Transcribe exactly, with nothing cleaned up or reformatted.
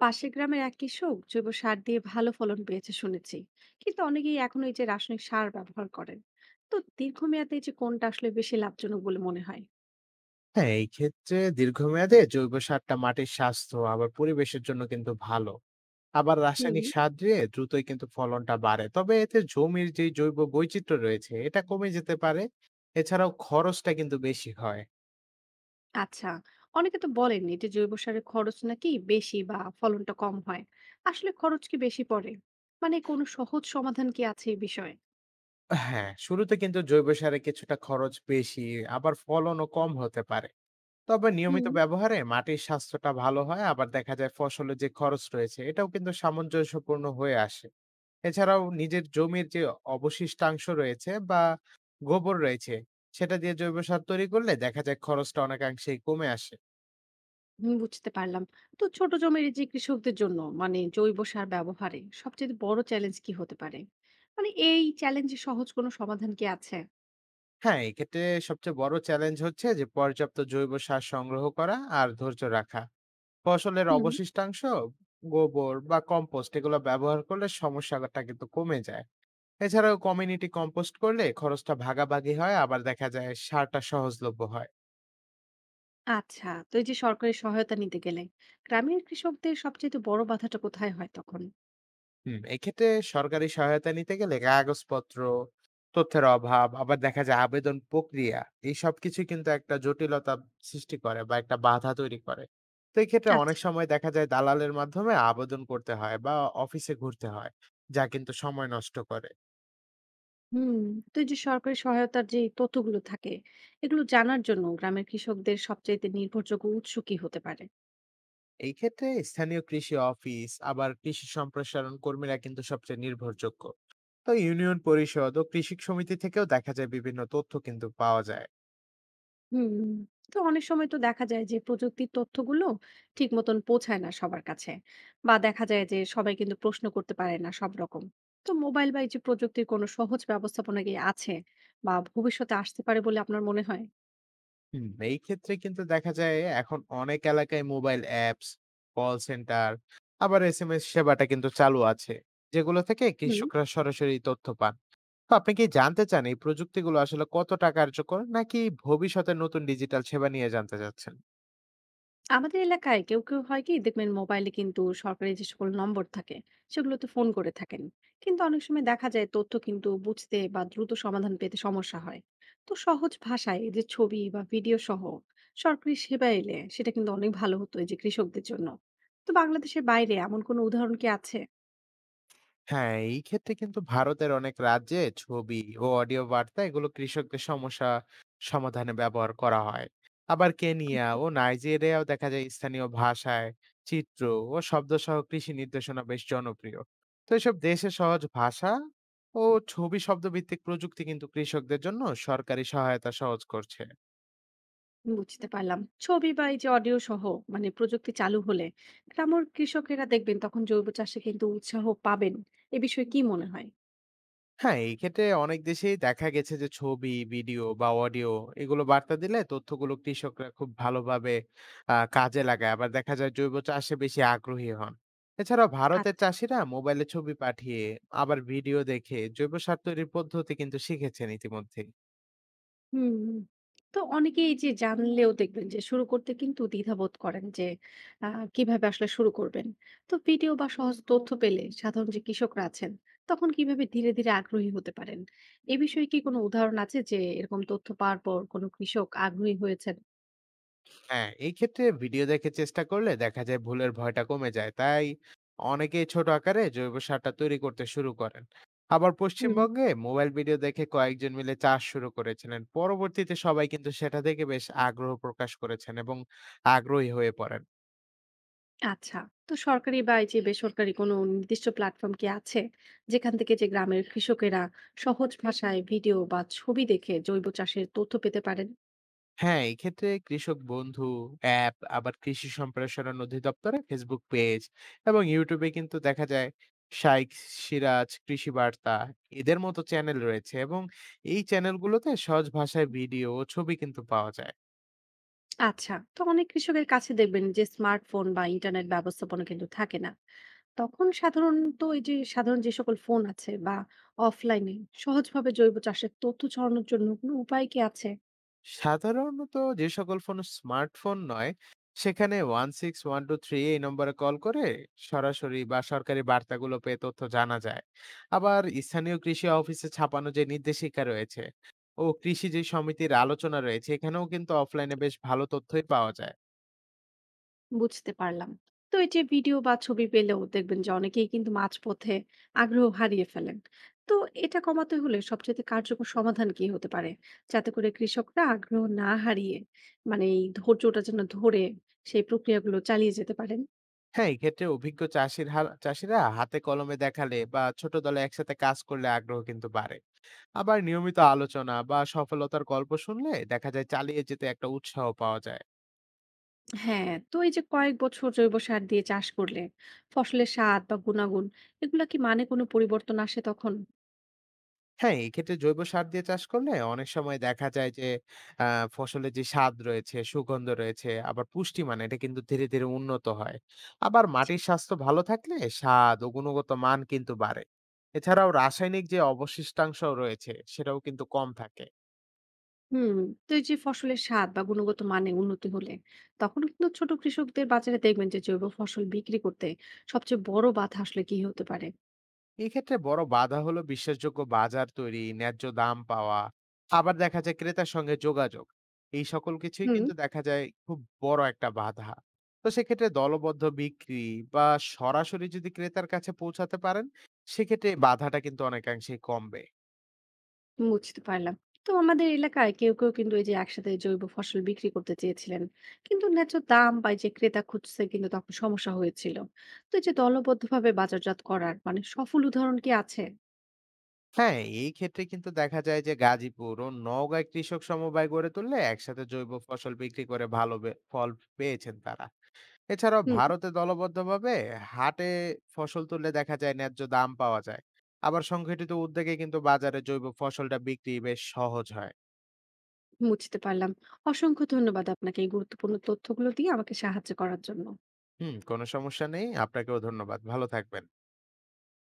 পাশের গ্রামের এক কৃষক জৈব সার দিয়ে ভালো ফলন পেয়েছে শুনেছি। কিন্তু অনেকেই এখন এই যে রাসায়নিক সার ব্যবহার করেন। তো দীর্ঘমেয়াদে এই যে কোনটা আসলে বেশি লাভজনক বলে মনে হয়? হ্যাঁ, এই ক্ষেত্রে দীর্ঘমেয়াদে জৈব সারটা মাটির স্বাস্থ্য আবার পরিবেশের জন্য কিন্তু ভালো। আবার হুম। রাসায়নিক সার দিয়ে দ্রুতই কিন্তু ফলনটা বাড়ে, তবে এতে জমির যে জৈব বৈচিত্র্য রয়েছে এটা কমে যেতে পারে। এছাড়াও খরচটা কিন্তু বেশি হয়। আচ্ছা। অনেকে তো বলেন এই যে জৈব সারের খরচ নাকি বেশি বা ফলনটা কম হয়। আসলে খরচ কি বেশি পড়ে? মানে কোনো সহজ সমাধান কি আছে এই বিষয়ে? হ্যাঁ, শুরুতে কিন্তু জৈব সারে কিছুটা খরচ বেশি, আবার ফলনও কম হতে পারে। তবে নিয়মিত হুম। ব্যবহারে মাটির স্বাস্থ্যটা ভালো হয়, আবার দেখা যায় ফসলের যে খরচ রয়েছে এটাও কিন্তু সামঞ্জস্যপূর্ণ হয়ে আসে। এছাড়াও নিজের জমির যে অবশিষ্টাংশ রয়েছে বা গোবর রয়েছে, সেটা দিয়ে জৈব সার তৈরি করলে দেখা যায় খরচটা অনেকাংশেই কমে আসে। হুম, বুঝতে পারলাম। তো ছোট জমির এই যে কৃষকদের জন্য মানে জৈব সার ব্যবহারে সবচেয়ে বড় চ্যালেঞ্জ কি হতে পারে? মানে এই চ্যালেঞ্জে সহজ কোনো সমাধান কি আছে? হ্যাঁ, এক্ষেত্রে সবচেয়ে বড় চ্যালেঞ্জ হচ্ছে যে পর্যাপ্ত জৈব সার সংগ্রহ করা আর ধৈর্য রাখা। ফসলের হুম, অবশিষ্টাংশ, গোবর বা কম্পোস্ট এগুলো ব্যবহার করলে সমস্যাটা কিন্তু কমে যায়। এছাড়াও কমিউনিটি কম্পোস্ট করলে খরচটা ভাগাভাগি হয়, আবার দেখা যায় সারটা সহজলভ্য হয়। আচ্ছা। তো এই যে সরকারি সহায়তা নিতে গেলে গ্রামের কৃষকদের সবচেয়ে বড় বাধাটা কোথায় হয় তখন? হুম, এক্ষেত্রে সরকারি সহায়তা নিতে গেলে কাগজপত্র, তথ্যের অভাব, আবার দেখা যায় আবেদন প্রক্রিয়া, এই সব কিছু কিন্তু একটা জটিলতা সৃষ্টি করে বা একটা বাধা তৈরি করে। তো এই ক্ষেত্রে অনেক আচ্ছা। সময় দেখা যায় দালালের মাধ্যমে আবেদন করতে হয় বা অফিসে ঘুরতে হয়, যা কিন্তু সময় নষ্ট করে। হুম। তো এই যে সরকারি সহায়তার যে তথ্যগুলো থাকে, এগুলো জানার জন্য গ্রামের কৃষকদের সবচাইতে নির্ভরযোগ্য উৎস কি হতে পারে? এই ক্ষেত্রে স্থানীয় কৃষি অফিস আবার কৃষি সম্প্রসারণ কর্মীরা কিন্তু সবচেয়ে নির্ভরযোগ্য। তো ইউনিয়ন পরিষদ ও কৃষি সমিতি থেকেও দেখা যায় বিভিন্ন তথ্য কিন্তু পাওয়া যায়। হুম। তো অনেক সময় তো দেখা যায় যে প্রযুক্তির তথ্যগুলো ঠিক মতন পৌঁছায় না সবার কাছে, বা দেখা যায় যে সবাই কিন্তু প্রশ্ন করতে পারে না সব রকম। তো মোবাইল বা এই যে প্রযুক্তির কোনো সহজ ব্যবস্থাপনা কি আছে, বা ভবিষ্যতে আসতে পারে বলে আপনার মনে হয়? হুম, এই ক্ষেত্রে কিন্তু দেখা যায় এখন অনেক এলাকায় মোবাইল অ্যাপস, কল সেন্টার, আবার এসএমএস সেবাটা কিন্তু চালু আছে। যেগুলো থেকে কৃষকরা সরাসরি তথ্য পান। তো আপনি কি জানতে চান এই প্রযুক্তিগুলো আসলে কতটা কার্যকর, নাকি ভবিষ্যতের নতুন ডিজিটাল সেবা নিয়ে জানতে চাচ্ছেন? আমাদের এলাকায় কেউ কেউ হয় কি দেখবেন মোবাইলে কিন্তু সরকারি যে সকল নম্বর থাকে সেগুলোতে ফোন করে থাকেন। কিন্তু অনেক সময় দেখা যায় তথ্য কিন্তু বুঝতে বা দ্রুত সমাধান পেতে সমস্যা হয়। তো সহজ ভাষায় এই যে ছবি বা ভিডিও সহ সরকারি সেবা এলে সেটা কিন্তু অনেক ভালো হতো এই যে কৃষকদের জন্য। তো বাংলাদেশের বাইরে এমন কোনো উদাহরণ কি আছে? হ্যাঁ, এই ক্ষেত্রে কিন্তু ভারতের অনেক রাজ্যে ছবি ও অডিও বার্তা এগুলো কৃষকদের সমস্যা সমাধানে ব্যবহার করা হয়। আবার কেনিয়া ও নাইজেরিয়াও দেখা যায় স্থানীয় ভাষায় চিত্র ও শব্দ সহ কৃষি নির্দেশনা বেশ জনপ্রিয়। তো এসব দেশে সহজ ভাষা ও ছবি, শব্দ ভিত্তিক প্রযুক্তি কিন্তু কৃষকদের জন্য সরকারি সহায়তা সহজ করছে। বুঝতে পারলাম। ছবি বা এই যে অডিও সহ মানে প্রযুক্তি চালু হলে গ্রামের কৃষকেরা দেখবেন তখন জৈব চাষে কিন্তু উৎসাহ পাবেন। এ বিষয়ে কি মনে হয়? হ্যাঁ, এই ক্ষেত্রে অনেক দেশেই দেখা গেছে যে ছবি, ভিডিও বা অডিও এগুলো বার্তা দিলে তথ্যগুলো কৃষকরা খুব ভালোভাবে আ কাজে লাগায়। আবার দেখা যায় জৈব চাষে বেশি আগ্রহী হন। এছাড়াও ভারতের আচ্ছা। চাষীরা মোবাইলে ছবি পাঠিয়ে আবার ভিডিও দেখে জৈব সার তৈরির পদ্ধতি কিন্তু শিখেছেন ইতিমধ্যে। হুম, হুম। তো অনেকেই এই যে জানলেও দেখবেন যে শুরু করতে কিন্তু দ্বিধাবোধ করেন যে আ কিভাবে আসলে শুরু করবেন। তো ভিডিও বা সহজ তথ্য পেলে সাধারণ যে কৃষকরা আছেন তখন কিভাবে ধীরে, ধীরে আগ্রহী হতে পারেন? এ বিষয়ে কি কোনো উদাহরণ আছে যে এরকম তথ্য পাওয়ার পর কোনো কৃষক আগ্রহী হয়েছেন? হ্যাঁ, এই ক্ষেত্রে ভিডিও দেখে চেষ্টা করলে দেখা যায় ভুলের ভয়টা কমে যায়। তাই অনেকেই ছোট আকারে জৈব সারটা তৈরি করতে শুরু করেন। আবার হুম। পশ্চিমবঙ্গে মোবাইল ভিডিও দেখে কয়েকজন মিলে চাষ শুরু করেছিলেন। পরবর্তীতে সবাই কিন্তু সেটা দেখে বেশ আগ্রহ প্রকাশ করেছেন এবং আগ্রহী হয়ে পড়েন। আচ্ছা। তো সরকারি বা এই যে বেসরকারি কোনো নির্দিষ্ট প্ল্যাটফর্ম কি আছে, যেখান থেকে যে গ্রামের কৃষকেরা সহজ ভাষায় ভিডিও বা ছবি দেখে জৈব চাষের তথ্য পেতে পারেন? হ্যাঁ, এক্ষেত্রে কৃষক বন্ধু অ্যাপ, আবার কৃষি সম্প্রসারণ অধিদপ্তরে ফেসবুক পেজ এবং ইউটিউবে কিন্তু দেখা যায় শাইখ সিরাজ কৃষি বার্তা, এদের মতো চ্যানেল রয়েছে এবং এই চ্যানেলগুলোতে সহজ ভাষায় ভিডিও ও ছবি কিন্তু পাওয়া যায়। আচ্ছা। তো অনেক কৃষকের কাছে দেখবেন যে স্মার্টফোন বা ইন্টারনেট ব্যবস্থাপনা কিন্তু থাকে না। তখন সাধারণত এই যে সাধারণ যে সকল ফোন আছে বা অফলাইনে সহজভাবে জৈব চাষের তথ্য ছড়ানোর জন্য কোনো উপায় কি আছে? সাধারণত যে সকল ফোন স্মার্টফোন নয়, সেখানে one six one two three এই নম্বরে কল করে সরাসরি বা সরকারি বার্তাগুলো পেয়ে তথ্য জানা যায়। আবার স্থানীয় কৃষি অফিসে ছাপানো যে নির্দেশিকা রয়েছে ও কৃষি যে সমিতির আলোচনা রয়েছে, এখানেও কিন্তু অফলাইনে বেশ ভালো তথ্যই পাওয়া যায়। বুঝতে পারলাম। তো এই যে ভিডিও বা ছবি পেলেও দেখবেন যে অনেকেই কিন্তু মাঝপথে আগ্রহ হারিয়ে ফেলেন। তো এটা কমাতে হলে সবচেয়ে কার্যকর সমাধান কি হতে পারে, যাতে করে কৃষকরা আগ্রহ না হারিয়ে, মানে এই ধৈর্যটা যেন ধরে সেই প্রক্রিয়াগুলো চালিয়ে যেতে পারেন? হ্যাঁ, এক্ষেত্রে অভিজ্ঞ চাষির হা- চাষিরা হাতে কলমে দেখালে বা ছোট দলে একসাথে কাজ করলে আগ্রহ কিন্তু বাড়ে। আবার নিয়মিত আলোচনা বা সফলতার গল্প শুনলে দেখা যায় চালিয়ে যেতে একটা উৎসাহ পাওয়া যায়। হ্যাঁ। তো এই যে কয়েক বছর জৈব সার দিয়ে চাষ করলে ফসলের স্বাদ বা গুণাগুণ, এগুলা কি মানে কোনো পরিবর্তন আসে তখন? হ্যাঁ, এক্ষেত্রে জৈব সার দিয়ে চাষ করলে অনেক সময় দেখা যায় যে আ ফসলের যে স্বাদ রয়েছে, সুগন্ধ রয়েছে, আবার পুষ্টিমান এটা কিন্তু ধীরে ধীরে উন্নত হয়। আবার জি। মাটির স্বাস্থ্য ভালো থাকলে স্বাদ ও গুণগত মান কিন্তু বাড়ে। এছাড়াও রাসায়নিক যে অবশিষ্টাংশ রয়েছে সেটাও কিন্তু কম থাকে। হুম। তো এই যে ফসলের স্বাদ বা গুণগত মানে উন্নতি হলে তখন কিন্তু ছোট কৃষকদের বাজারে দেখবেন যে জৈব ফসল বিক্রি করতে সবচেয়ে বড় বাধা আসলে কি হতে পারে? এক্ষেত্রে বড় বাধা হলো বিশ্বাসযোগ্য বাজার তৈরি, ন্যায্য দাম পাওয়া, আবার দেখা যায় ক্রেতার সঙ্গে যোগাযোগ, এই সকল কিছুই হুম। কিন্তু দেখা যায় খুব বড় একটা বাধা। তো সেক্ষেত্রে দলবদ্ধ বিক্রি বা সরাসরি যদি ক্রেতার কাছে পৌঁছাতে পারেন, সেক্ষেত্রে এই বাধাটা কিন্তু অনেকাংশেই কমবে। বুঝতে পারলাম। তো আমাদের এলাকায় কেউ, কেউ কিন্তু এই যে একসাথে জৈব ফসল বিক্রি করতে চেয়েছিলেন। কিন্তু ন্যায্য দাম বা এই যে ক্রেতা খুঁজতে কিন্তু তখন সমস্যা হয়েছিল। তো এই যে দলবদ্ধভাবে বাজারজাত করার মানে সফল উদাহরণ কি আছে? হ্যাঁ, এই ক্ষেত্রে কিন্তু দেখা যায় যে গাজীপুর ও নওগাঁয় কৃষক সমবায় গড়ে তুললে একসাথে জৈব ফসল বিক্রি করে ভালো বে- ফল পেয়েছেন তারা। এছাড়াও হুম, ভারতে দলবদ্ধভাবে হাটে ফসল তুললে দেখা যায় ন্যায্য দাম পাওয়া যায়। আবার সংগঠিত উদ্যোগে কিন্তু বাজারে জৈব ফসলটা বিক্রি বেশ সহজ হয়। বুঝতে পারলাম। অসংখ্য ধন্যবাদ আপনাকে এই গুরুত্বপূর্ণ তথ্যগুলো দিয়ে আমাকে সাহায্য করার জন্য। হুম, কোনো সমস্যা নেই, আপনাকেও ধন্যবাদ, ভালো থাকবেন।